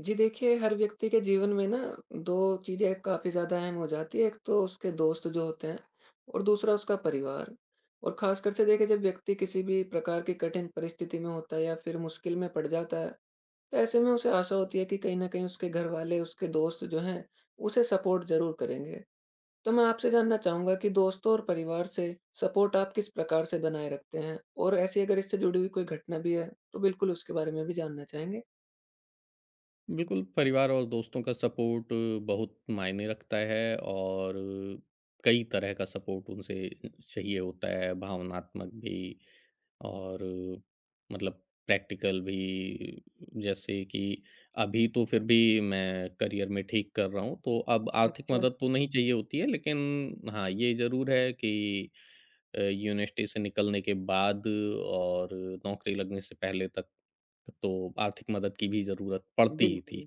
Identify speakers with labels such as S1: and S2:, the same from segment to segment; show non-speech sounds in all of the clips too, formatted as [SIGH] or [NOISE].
S1: जी देखिए, हर व्यक्ति के जीवन में ना 2 चीज़ें काफ़ी ज़्यादा अहम हो जाती हैं। एक तो उसके दोस्त जो होते हैं और दूसरा उसका परिवार। और ख़ासकर से देखिए जब व्यक्ति किसी भी प्रकार की कठिन परिस्थिति में होता है या फिर मुश्किल में पड़ जाता है, तो ऐसे में उसे आशा होती है कि कहीं न कहीं उसके घरवाले, उसके दोस्त जो हैं, उसे सपोर्ट ज़रूर करेंगे। तो मैं आपसे जानना चाहूँगा कि दोस्तों और परिवार से सपोर्ट आप किस प्रकार से बनाए रखते हैं? और ऐसी अगर इससे जुड़ी हुई कोई घटना भी है, तो बिल्कुल उसके बारे में भी जानना चाहेंगे।
S2: बिल्कुल, परिवार और दोस्तों का सपोर्ट बहुत मायने रखता है और कई तरह का सपोर्ट उनसे चाहिए होता है, भावनात्मक भी और मतलब प्रैक्टिकल भी। जैसे कि अभी तो फिर भी मैं करियर में ठीक कर रहा हूँ, तो अब आर्थिक
S1: अच्छा,
S2: मदद तो नहीं चाहिए होती है, लेकिन हाँ, ये ज़रूर है कि यूनिवर्सिटी से निकलने के बाद और नौकरी लगने से पहले तक, तो आर्थिक मदद की भी ज़रूरत पड़ती ही थी।
S1: बिल्कुल।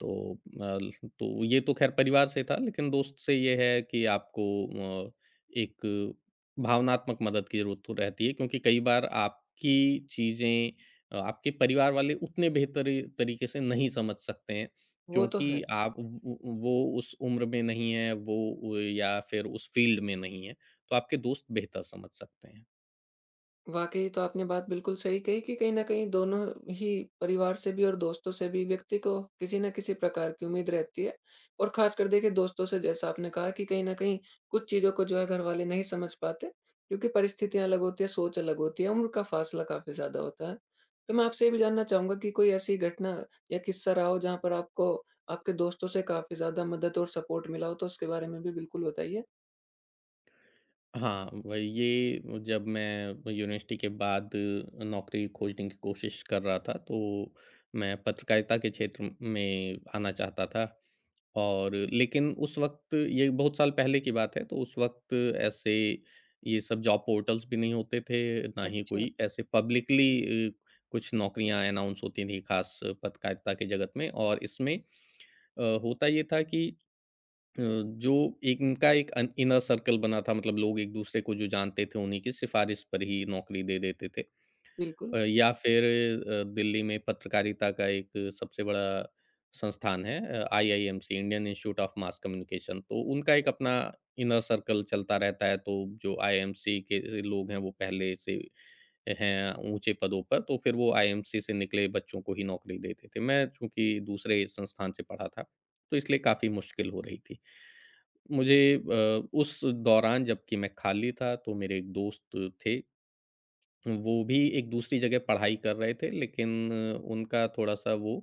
S2: तो अल तो ये तो ख़ैर परिवार से था, लेकिन दोस्त से ये है कि आपको अ, एक भावनात्मक मदद की ज़रूरत तो रहती है क्योंकि कई बार आपकी चीज़ें आपके परिवार वाले उतने बेहतरी तरीके से नहीं समझ सकते हैं
S1: वो तो
S2: क्योंकि
S1: है।
S2: आप व व वो उस उम्र में नहीं है, वो या फिर उस फ़ील्ड में नहीं है, तो आपके दोस्त बेहतर समझ सकते हैं।
S1: वाक़ई तो आपने बात बिल्कुल सही कही कि कहीं न कहीं दोनों ही परिवार से भी और दोस्तों से भी व्यक्ति को किसी न किसी प्रकार की उम्मीद रहती है। और ख़ासकर देखिए दोस्तों से जैसा आपने कहा कि कहीं न कहीं कुछ चीज़ों को जो है घरवाले नहीं समझ पाते, क्योंकि परिस्थितियाँ अलग होती हैं, सोच अलग होती है, उम्र का फ़ासला काफ़ी ज़्यादा होता है। तो मैं आपसे ये भी जानना चाहूँगा कि कोई ऐसी घटना या किस्सा रहा हो जहाँ पर आपको आपके दोस्तों से काफ़ी ज़्यादा मदद और सपोर्ट मिला हो, तो उसके बारे में भी बिल्कुल बताइए?
S2: हाँ, वही ये जब मैं यूनिवर्सिटी के बाद नौकरी खोजने की कोशिश कर रहा था, तो मैं पत्रकारिता के क्षेत्र में आना चाहता था और लेकिन उस वक़्त ये बहुत साल पहले की बात है, तो उस वक़्त ऐसे ये सब जॉब पोर्टल्स भी नहीं होते थे, ना ही
S1: अच्छा।
S2: कोई ऐसे पब्लिकली कुछ नौकरियाँ अनाउंस होती थी, ख़ास पत्रकारिता की जगत में और इसमें होता ये था कि अ, जो एक इनका एक अन इनर सर्कल बना था मतलब लोग एक-दूसरे को जो जानते थे उन्हीं की सिफ़ारिश पर ही नौकरी दे देते थे।
S1: बिल्कुल।
S2: या फिर दिल्ली में पत्रकारिता का एक सबसे बड़ा संस्थान है IIMC Indian Institute of Mass Communication तो उनका एक अपना इनर सर्कल चलता रहता है तो जो आईआईएमसी के लोग हैं वो पहले से हैं ऊंचे पदों पर तो फिर वो आईएमसी से निकले बच्चों को ही नौकरी देते थे। मैं चूंकि दूसरे संस्थान से पढ़ा था तो इसलिए काफ़ी मुश्किल हो रही थी मुझे। उस दौरान जबकि मैं खाली था तो मेरे एक दोस्त थे, वो भी एक दूसरी जगह पढ़ाई कर रहे थे लेकिन उनका थोड़ा-सा वो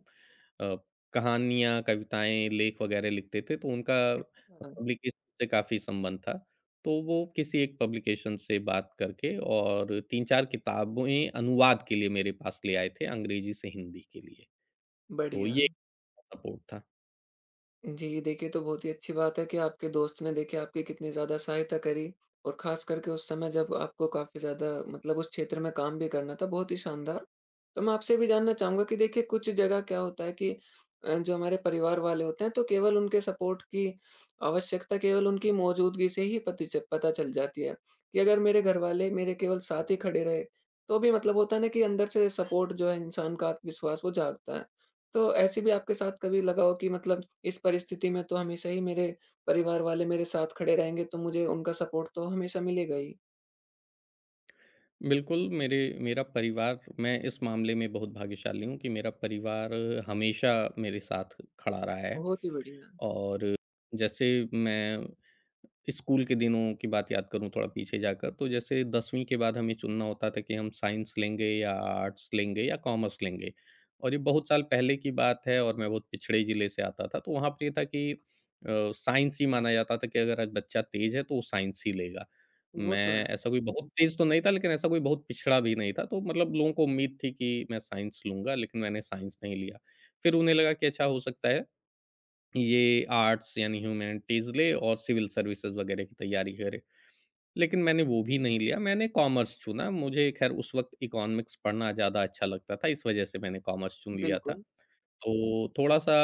S2: अ, कहानियाँ, कविताएँ, लेख वगैरह लिखते थे, तो उनका
S1: अच्छा।
S2: पब्लिकेशन से काफ़ी संबंध था। तो वो किसी एक पब्लिकेशन से बात करके और 3-4 किताबें अनुवाद के लिए मेरे पास ले आए थे अंग्रेजी से हिंदी के लिए। तो
S1: बढ़िया।
S2: ये सपोर्ट था।
S1: जी, देखिए, तो बहुत ही अच्छी बात है कि आपके दोस्त ने देखिए आपकी कितनी ज़्यादा सहायता करी, और ख़ास करके उस समय जब आपको काफ़ी ज़्यादा मतलब उस क्षेत्र में काम भी करना था, बहुत ही शानदार। तो मैं आपसे भी जानना चाहूँगा कि देखिए कुछ जगह क्या होता है कि जो हमारे परिवार वाले होते हैं, तो केवल उनके सपोर्ट की आवश्यकता केवल उनकी मौजूदगी से ही पति च पता चल जाती है, कि अगर मेरे घरवाले मेरे केवल साथ ही खड़े रहे, तो भी मतलब होता है ना कि अंदर से सपोर्ट जो है इंसान का आत्मविश्वास वो जागता है। तो ऐसे भी आपके साथ कभी लगा हो कि मतलब इस परिस्थिति में तो हमेशा ही मेरे परिवार वाले मेरे साथ खड़े रहेंगे, तो मुझे उनका सपोर्ट तो हमेशा मिलेगा ही।
S2: बिल्कुल, मेरे मेरा परिवार, मैं इस मामले में बहुत भाग्यशाली हूँ कि मेरा परिवार हमेशा मेरे साथ खड़ा रहा है।
S1: बहुत ही बढ़िया,
S2: और जैसे मैं स्कूल के दिनों की बात याद करूँ थोड़ा पीछे जाकर, तो जैसे 10वीं के बाद हमें चुनना होता था कि हम साइंस लेंगे या आर्ट्स लेंगे या कॉमर्स लेंगे। और ये बहुत साल पहले की बात है और मैं बहुत पिछड़े ज़िले से आता था, तो वहाँ पे ये था कि साइंस ही माना जाता था कि अगर आज बच्चा तेज़ है तो वो साइंस ही लेगा।
S1: वो तो
S2: मैं
S1: है।
S2: ऐसा कोई बहुत तेज़ तो नहीं था लेकिन ऐसा कोई बहुत पिछड़ा भी नहीं था, तो मतलब लोगों को उम्मीद थी कि मैं साइंस लूँगा लेकिन मैंने साइंस नहीं लिया। फिर उन्हें लगा कि अच्छा हो सकता है ये आर्ट्स यानी ह्यूमैनिटीज़ ले और सिविल सर्विसेज़ वगैरह की तैयारी करे। लेकिन मैंने वो भी नहीं लिया, मैंने कॉमर्स चुना। मुझे ख़ैर उस वक़्त इकोनॉमिक्स पढ़ना ज़्यादा अच्छा लगता था, इस वज़ह से मैंने कॉमर्स चुन लिया था।
S1: बिल्कुल।
S2: तो थोड़ा-सा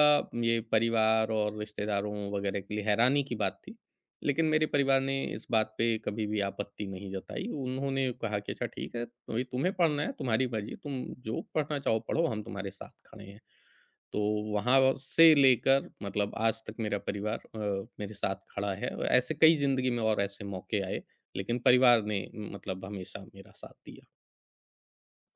S2: ये परिवार और रिश्तेदारों वगैरह के लिए हैरानी की बात थी। लेकिन मेरे परिवार ने इस बात पे कभी भी आपत्ति नहीं जताई। उन्होंने कहा कि अच्छा ठीक है, तुम्हें तुम्हें पढ़ना है, तुम्हारी मर्ज़ी, तुम जो पढ़ना चाहो पढ़ो, हम तुम्हारे साथ खड़े हैं। तो वहाँ से लेकर मतलब आज तक मेरा परिवार मेरे साथ खड़ा है। और ऐसे कई ज़िंदगी में और ऐसे मौके आए, लेकिन परिवार ने मतलब हमेशा मेरा साथ दिया।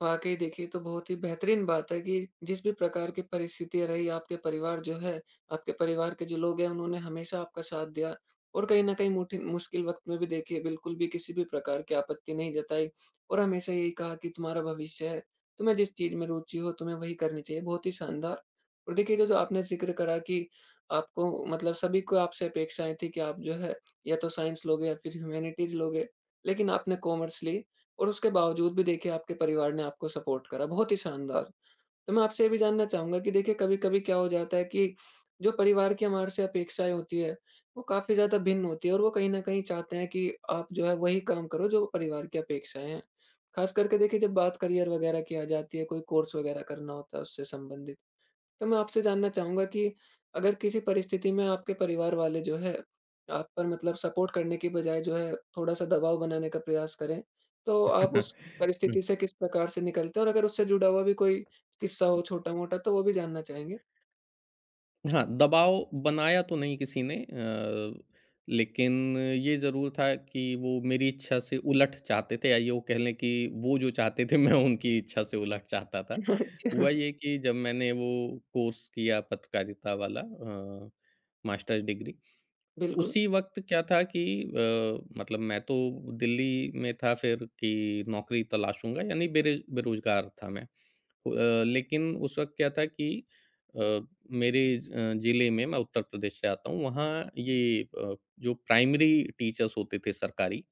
S1: वाक़ई देखिए, तो बहुत ही बेहतरीन बात है कि जिस भी प्रकार की परिस्थितियाँ रही, आपके परिवार जो है, आपके परिवार के जो लोग हैं, उन्होंने हमेशा आपका साथ दिया, और कहीं न कहीं मुठिन मुश्किल वक़्त में भी देखिए बिल्कुल भी किसी भी प्रकार की आपत्ति नहीं जताई, और हमेशा यही कहा कि तुम्हारा भविष्य है, तुम्हें जिस चीज़ में रुचि हो, तुम्हें वही करनी चाहिए। बहुत ही शानदार। और देखिए, जो जो आपने ज़िक्र करा कि आपको मतलब सभी को आपसे अपेक्षाएँ थी कि आप जो है, या तो साइंस लोगे या फिर ह्यूमैनिटीज़ लोगे, लेकिन आपने कॉमर्स ली, और उसके बावजूद भी देखिए आपके परिवार ने आपको सपोर्ट करा, बहुत ही शानदार। तो मैं आपसे ये भी जानना चाहूँगा कि देखिए कभी-कभी क्या हो जाता है कि जो परिवार की हमारे से अपेक्षाएँ होती है, वो काफ़ी ज़्यादा भिन्न होती है, और वो कहीं न कहीं चाहते हैं कि आप जो है वही काम करो जो परिवार की अपेक्षाएँ हैं। ख़ास करके देखिए जब बात करियर वग़ैरह की आ जाती है, कोई कोर्स वग़ैरह करना होता है उससे संबंधित। तो मैं आपसे जानना चाहूँगा कि अगर किसी परिस्थिति में आपके परिवार वाले जो है, आप पर मतलब सपोर्ट करने की बजाय जो है थोड़ा-सा दबाव बनाने का प्रयास करें, तो आप उस
S2: [LAUGHS] हुँ।
S1: परिस्थिति से किस प्रकार से निकलते हैं? और अगर उससे जुड़ा हुआ भी कोई किस्सा हो छोटा-मोटा तो वो भी जानना चाहेंगे?
S2: हाँ, दबाव बनाया तो नहीं किसी ने लेकिन ये ज़रूर था कि वो मेरी इच्छा से उलट चाहते थे या यूँ कह लें कि वो जो चाहते थे, [LAUGHS] मैं उनकी इच्छा से उलट चाहता था।
S1: [LAUGHS] अच्छा।
S2: हुआ ये कि जब मैंने वो कोर्स किया पत्रकारिता वाला, मास्टर्स डिग्री,
S1: बिल्कुल,
S2: उसी वक़्त क्या था कि मतलब मैं तो दिल्ली में था फिर कि नौकरी तलाशूँगा, यानी बेरे बेरोज़गार था मैं। लेकिन उस वक़्त क्या था कि अ, मेरे ज़िले में, मैं उत्तर प्रदेश से आता हूँ, वहाँ ये जो प्राइमरी टीचर्स होते थे सरकारी,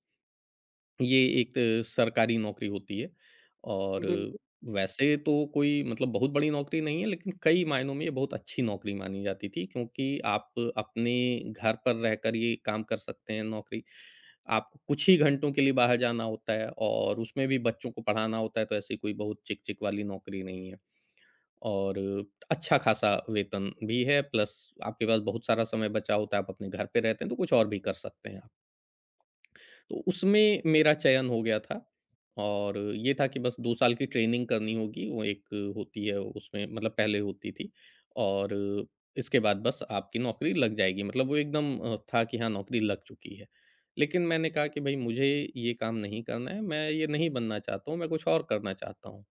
S2: ये एक सरकारी नौकरी होती है, और
S1: बिल्कुल,
S2: वैसे तो कोई मतलब बहुत बड़ी नौकरी नहीं है लेकिन कई मायनों में ये बहुत अच्छी नौकरी मानी जाती थी क्योंकि आप अपने घर पर रहकर ये काम कर सकते हैं। नौकरी आपको कुछ ही घंटों के लिए बाहर जाना होता है और उसमें भी बच्चों को पढ़ाना होता है, तो ऐसी कोई बहुत चिक चिक वाली नौकरी नहीं है और अच्छा खासा वेतन भी है, प्लस आपके पास बहुत सारा समय बचा होता है, आप अपने घर पे रहते हैं तो कुछ और भी कर सकते हैं आप। तो उसमें मेरा चयन हो गया था और ये था कि बस 2 साल की ट्रेनिंग करनी होगी, वो एक होती है उसमें मतलब पहले होती थी, और इसके बाद बस आपकी नौकरी लग जाएगी। मतलब वो एकदम था कि हाँ, नौकरी लग चुकी है। लेकिन मैंने कहा कि भई मुझे ये काम नहीं करना है, मैं ये नहीं बनना चाहता हूँ, मैं कुछ और करना चाहता हूँ।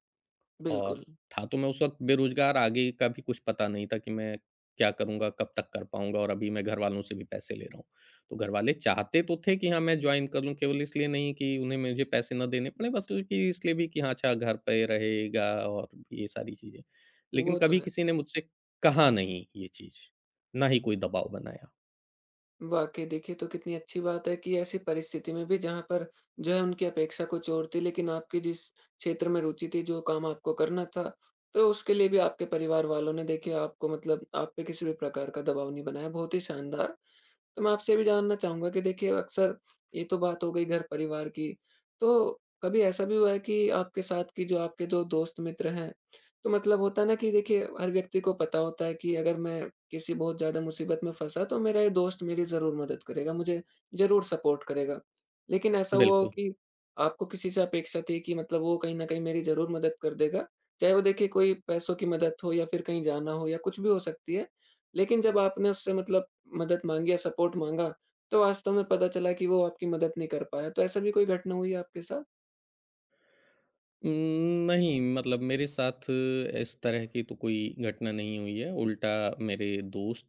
S2: और
S1: बिल्कुल।
S2: था तो मैं उस वक़्त बेरोज़गार, आगे का भी कुछ पता नहीं था कि मैं क्या करूँगा, कब तक कर पाऊँगा, और अभी मैं घरवालों से भी पैसे ले रहा हूँ। तो घरवाले चाहते तो थे कि हाँ, मैं जॉइन कर लूँ, केवल इसलिए नहीं कि उन्हें मुझे पैसे ना देने पड़े, बस कि इसलिए भी कि हाँ, अच्छा घर पे रहेगा और ये सारी चीज़ें। लेकिन
S1: वो तो
S2: कभी
S1: है।
S2: किसी ने मुझसे कहा नहीं ये चीज़, ना ही कोई दबाव बनाया।
S1: वाक़ई देखिए, तो कितनी अच्छी बात है कि ऐसी परिस्थिति में भी जहाँ पर जो है उनकी अपेक्षा कुछ और थी, लेकिन आपकी जिस क्षेत्र में रुचि थी, जो काम आपको करना था, तो उसके लिए भी आपके परिवार वालों ने देखिए आपको मतलब आप पे किसी भी प्रकार का दबाव नहीं बनाया, बहुत ही शानदार। तो मैं आपसे ये भी जानना चाहूँगा कि देखिए अक्सर, ये तो बात हो गई घर परिवार की, तो कभी ऐसा भी हुआ है कि आपके साथ की जो आपके 2 दोस्त मित्र हैं, तो मतलब होता है ना कि देखिए हर व्यक्ति को पता होता है कि अगर मैं किसी बहुत ज़्यादा मुसीबत में फँसा तो मेरा ये दोस्त मेरी ज़रूर मदद करेगा, मुझे ज़रूर सपोर्ट करेगा। लेकिन ऐसा हुआ हो
S2: बिल्कुल।
S1: कि आपको किसी से अपेक्षा थी कि मतलब वो कहीं न कहीं मेरी ज़रूर मदद कर देगा, चाहे वो देखिए कोई पैसों की मदद हो या फिर कहीं जाना हो या कुछ भी हो सकती है। लेकिन जब आपने उससे मतलब मदद माँगी या सपोर्ट माँगा, तो वास्तव में पता चला कि वो आपकी मदद नहीं कर पाया। तो ऐसा भी कोई घटना हुई है आपके साथ?
S2: उम, नहीं मतलब मेरे साथ इस तरह की तो कोई घटना नहीं हुई है, उल्टा मेरे दोस्त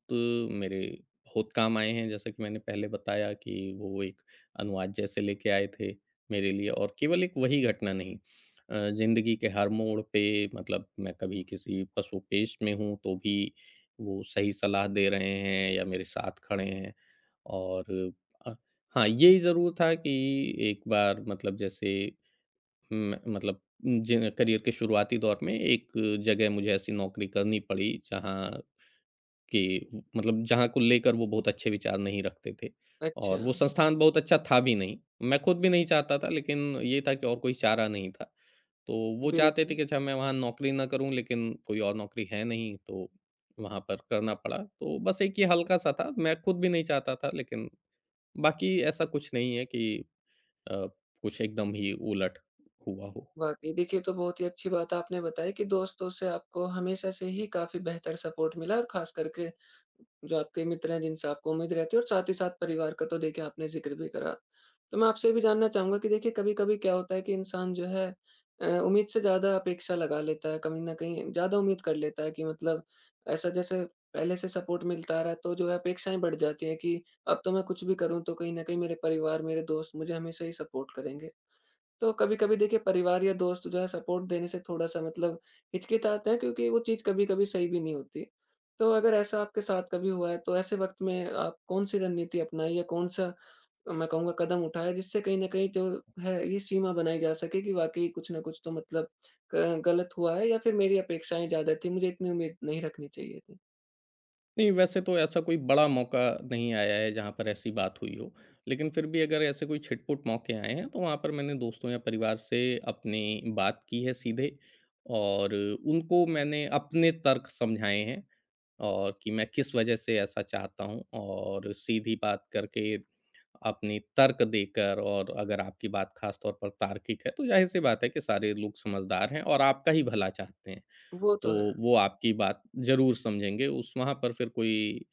S2: मेरे बहुत काम आए हैं, जैसा कि मैंने पहले बताया कि वो एक अनुवाद जैसे लेके आए थे मेरे लिए, और केवल एक वही घटना नहीं, ज़िंदगी के हर मोड़ पे, मतलब मैं कभी किसी पशुपेश में हूँ, तो भी वो सही सलाह दे रहे हैं या मेरे साथ खड़े हैं। और अ, हाँ, ये ज़रूर था कि एक बार, मतलब जैसे, म मतलब ज करियर के शुरुआती दौर में एक जगह मुझे ऐसी नौकरी करनी पड़ी जहाँ कि मतलब जहाँ को लेकर वो बहुत अच्छे विचार नहीं रखते थे,
S1: अच्छा,
S2: और वो संस्थान बहुत अच्छा था भी नहीं। मैं खुद भी नहीं चाहता था लेकिन ये था कि और कोई चारा नहीं था। तो वो चाहते थे
S1: बिल्कुल।
S2: कि अच्छा मैं वहाँ नौकरी ना करूँ लेकिन कोई और नौकरी है नहीं, तो वहाँ पर करना पड़ा। तो बस एक ये हल्का-सा था, मैं खुद भी नहीं चाहता था, लेकिन बाकी ऐसा कुछ नहीं है कि अ, कुछ एकदम ही उलट हुआ हो।
S1: वाक़ई। देखिए, ये तो बहुत ही अच्छी बात आपने बताई कि दोस्तों से आपको हमेशा से ही काफ़ी बेहतर सपोर्ट मिला, और ख़ास करके जो आपके मित्र हैं, जिनसे आपको उम्मीद रहती है, और साथ ही साथ परिवार का तो देखिए आपने ज़िक्र भी करा। तो मैं आपसे ये भी जानना चाहूँगा कि देखिए कभी-कभी क्या होता है कि इंसान जो है उम्मीद से ज़्यादा अपेक्षा लगा लेता है, कहीं न कहीं ज़्यादा उम्मीद कर लेता है कि मतलब ऐसा जैसे पहले से सपोर्ट मिलता आ रहा है, तो जो है अपेक्षाएँ बढ़ जाती हैं कि अब तो मैं कुछ भी करूँ तो कहीं न कहीं मेरे परिवार, मेरे दोस्त मुझे हमेशा ही सपोर्ट करेंगे। तो कभी-कभी देखिए परिवार या दोस्त जो है सपोर्ट देने से थोड़ा-सा मतलब हिचकिचाते हैं, क्योंकि वो चीज़ कभी-कभी सही भी नहीं होती। तो अगर ऐसा आपके साथ कभी हुआ है तो ऐसे वक़्त में आप कौन-सी रणनीति अपनाई या कौन-सा, मैं कहूँगा, कदम उठाया, जिससे कहीं न कहीं जो है ये सीमा बनाई जा सके कि वाक़ई कुछ न कुछ तो मतलब ग गलत हुआ है या फिर मेरी अपेक्षाएँ ज़्यादा थी, मुझे इतनी उम्मीद नहीं रखनी चाहिए थी?
S2: नहीं, वैसे तो ऐसा कोई बड़ा मौका नहीं आया है जहाँ पर ऐसी बात हुई हो। लेकिन फिर भी अगर ऐसे कोई छिटपुट मौके आए हैं तो वहाँ पर मैंने दोस्तों या परिवार से अपनी बात की है सीधे, और उनको मैंने अपने तर्क समझाए हैं, और कि मैं किस वजह से ऐसा चाहता हूँ, और सीधी बात करके, अपनी तर्क देकर, और अगर आपकी बात ख़ास तौर पर तार्किक है तो ज़ाहिर-सी बात है कि सारे लोग समझदार हैं और आपका ही भला चाहते हैं।
S1: वो तो
S2: तो
S1: है।
S2: वो आपकी बात ज़रूर समझेंगे, उस वहाँ पर फिर कोई,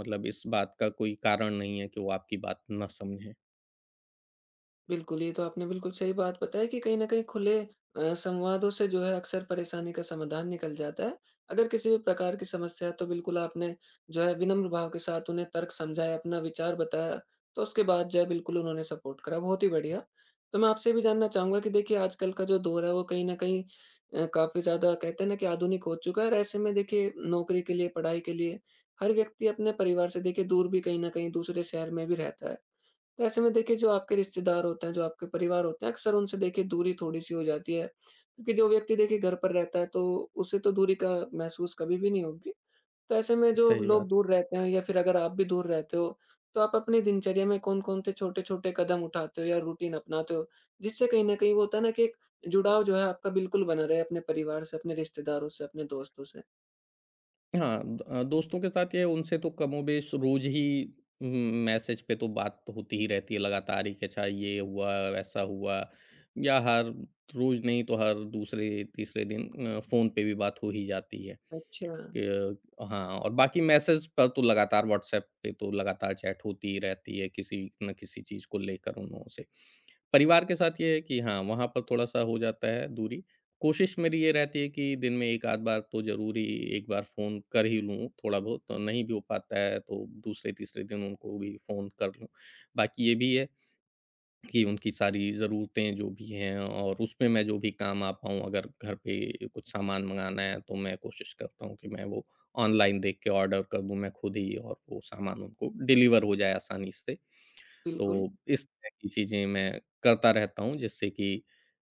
S2: मतलब इस बात का कोई कारण नहीं है कि वो आपकी बात ना समझें।
S1: बिल्कुल, ये तो आपने बिल्कुल सही बात बताई कि कहीं न कहीं खुले संवादों से जो है अक्सर परेशानी का समाधान निकल जाता है। अगर किसी भी प्रकार की समस्या है तो बिल्कुल आपने जो है विनम्र भाव के साथ उन्हें तर्क समझाया, अपना विचार बताया, तो उसके बाद जो है बिल्कुल उन्होंने सपोर्ट करा, बहुत ही बढ़िया। तो मैं आपसे ये भी जानना चाहूँगा कि देखिए आजकल का जो दौर है वो कहीं न कहीं काफ़ी ज़्यादा कहते हैं ना कि आधुनिक हो चुका है, और ऐसे में देखिए नौकरी के लिए, पढ़ाई के लिए हर व्यक्ति अपने परिवार से देखिए दूर भी कहीं न कहीं दूसरे शहर में भी रहता है। तो ऐसे में देखिए जो आपके रिश्तेदार होते हैं, जो आपके परिवार होते हैं, अक्सर उनसे देखिए दूरी थोड़ी-सी हो जाती है। क्योंकि जो व्यक्ति देखिए घर पर रहता है, तो उसे तो दूरी का महसूस कभी भी नहीं होगी। तो ऐसे में जो
S2: सही
S1: लोग
S2: बात।
S1: दूर रहते हैं या फिर अगर आप भी दूर रहते हो, तो आप अपनी दिनचर्या में कौन-कौन से छोटे-छोटे कदम उठाते हो या रूटीन अपनाते हो? जिससे कहीं न कहीं वो होता है ना कि एक जुड़ाव जो है आपका बिल्कुल बना रहे अपने परिवार से, अपने रिश्तेदारों से, अपने दोस्तों से?
S2: हाँ, दोस्तों के साथ ये, उनसे तो कमोबेश रोज़ ही उम, मैसेज पे तो बात होती ही रहती है लगातार ही कि अच्छा ये हुआ, वैसा हुआ, या हर रोज़ नहीं तो हर दूसरे, तीसरे दिन फ़ोन पे भी बात हो ही जाती है।
S1: अच्छा,
S2: क हाँ, और बाकी मैसेज पर तो लगातार, व्हाट्सऐप पे तो लगातार चैट होती ही रहती है, किसी न किसी चीज़ को लेकर उन लोगों से। परिवार के साथ ये है कि हाँ, वहाँ पर थोड़ा-सा हो जाता है दूरी। कोशिश मेरी ये रहती है कि दिन में 1 आध बार तो ज़रूर ही एक बार फ़ोन कर ही लूँ थोड़ा बहुत, तो नहीं भी हो पाता है तो दूसरे-तीसरे दिन उनको भी फ़ोन कर लूँ। बाकी ये भी है कि उनकी सारी ज़रूरतें जो भी हैं, और उसमें मैं जो भी काम आ पाऊँ, अगर घर पे कुछ सामान मँगाना है तो मैं कोशिश करता हूँ कि मैं वो ऑनलाइन देख के ऑर्डर कर दूँ मैं खुद ही, और वो सामान उनको डिलीवर हो जाए आसानी से।
S1: बिल्कुल।
S2: तो इस तरह की चीज़ें मैं करता रहता हूँ जिससे कि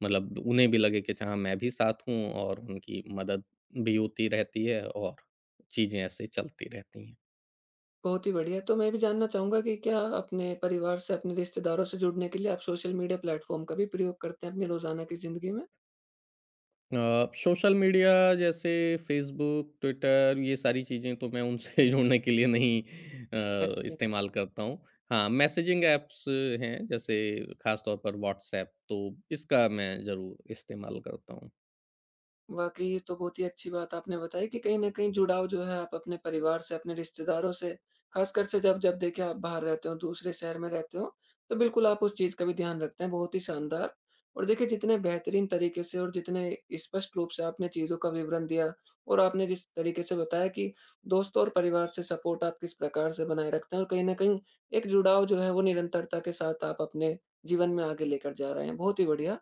S2: मतलब उन्हें भी लगे कि अच्छा हाँ, मैं भी साथ हूँ, और उनकी मदद भी होती रहती है, और चीज़ें ऐसे चलती रहती हैं।
S1: बहुत ही बढ़िया। तो मैं भी जानना चाहूँगा कि क्या अपने परिवार से, अपने रिश्तेदारों से जुड़ने के लिए आप सोशल मीडिया प्लेटफ़ॉर्म का भी प्रयोग करते हैं अपनी रोज़ाना की ज़िंदगी में?
S2: सोशल मीडिया जैसे फ़ेसबुक, ट्विटर, ये सारी चीज़ें तो मैं उनसे [LAUGHS] जुड़ने के लिए नहीं
S1: अच्छा।
S2: इस्तेमाल करता हूँ। हाँ, मैसेजिंग ऐप्स हैं जैसे ख़ास तौर पर व्हाट्सऐप, तो इसका मैं ज़रूर इस्तेमाल करता हूँ।
S1: वाक़ई, ये तो बहुत ही अच्छी बात आपने बताई कि कहीं न कहीं जुड़ाव जो है आप अपने परिवार से, अपने रिश्तेदारों से, ख़ासकर से जब जब देखिए आप बाहर रहते हो, दूसरे शहर में रहते हो, तो बिल्कुल आप उस चीज़ का भी ध्यान रखते हैं, बहुत ही शानदार। और देखिए जितने बेहतरीन तरीके से और जितने स्पष्ट रूप से आपने चीज़ों का विवरण दिया, और आपने जिस तरीके से बताया कि दोस्तों और परिवार से सपोर्ट आप किस प्रकार से बनाए रखते हैं, और कहीं न कहीं एक जुड़ाव जो है वो निरंतरता के साथ आप अपने जीवन में आगे लेकर जा रहे हैं, बहुत ही बढ़िया।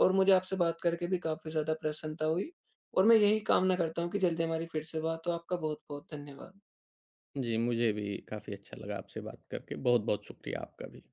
S1: और मुझे आपसे बात करके भी काफ़ी ज़्यादा प्रसन्नता हुई। और मैं यही कामना करता हूँ कि जल्दी हमारी फिर से बात हो। आपका बहुत-बहुत धन्यवाद।
S2: जी, मुझे भी काफ़ी अच्छा लगा आपसे बात करके। बहुत-बहुत शुक्रिया आपका भी।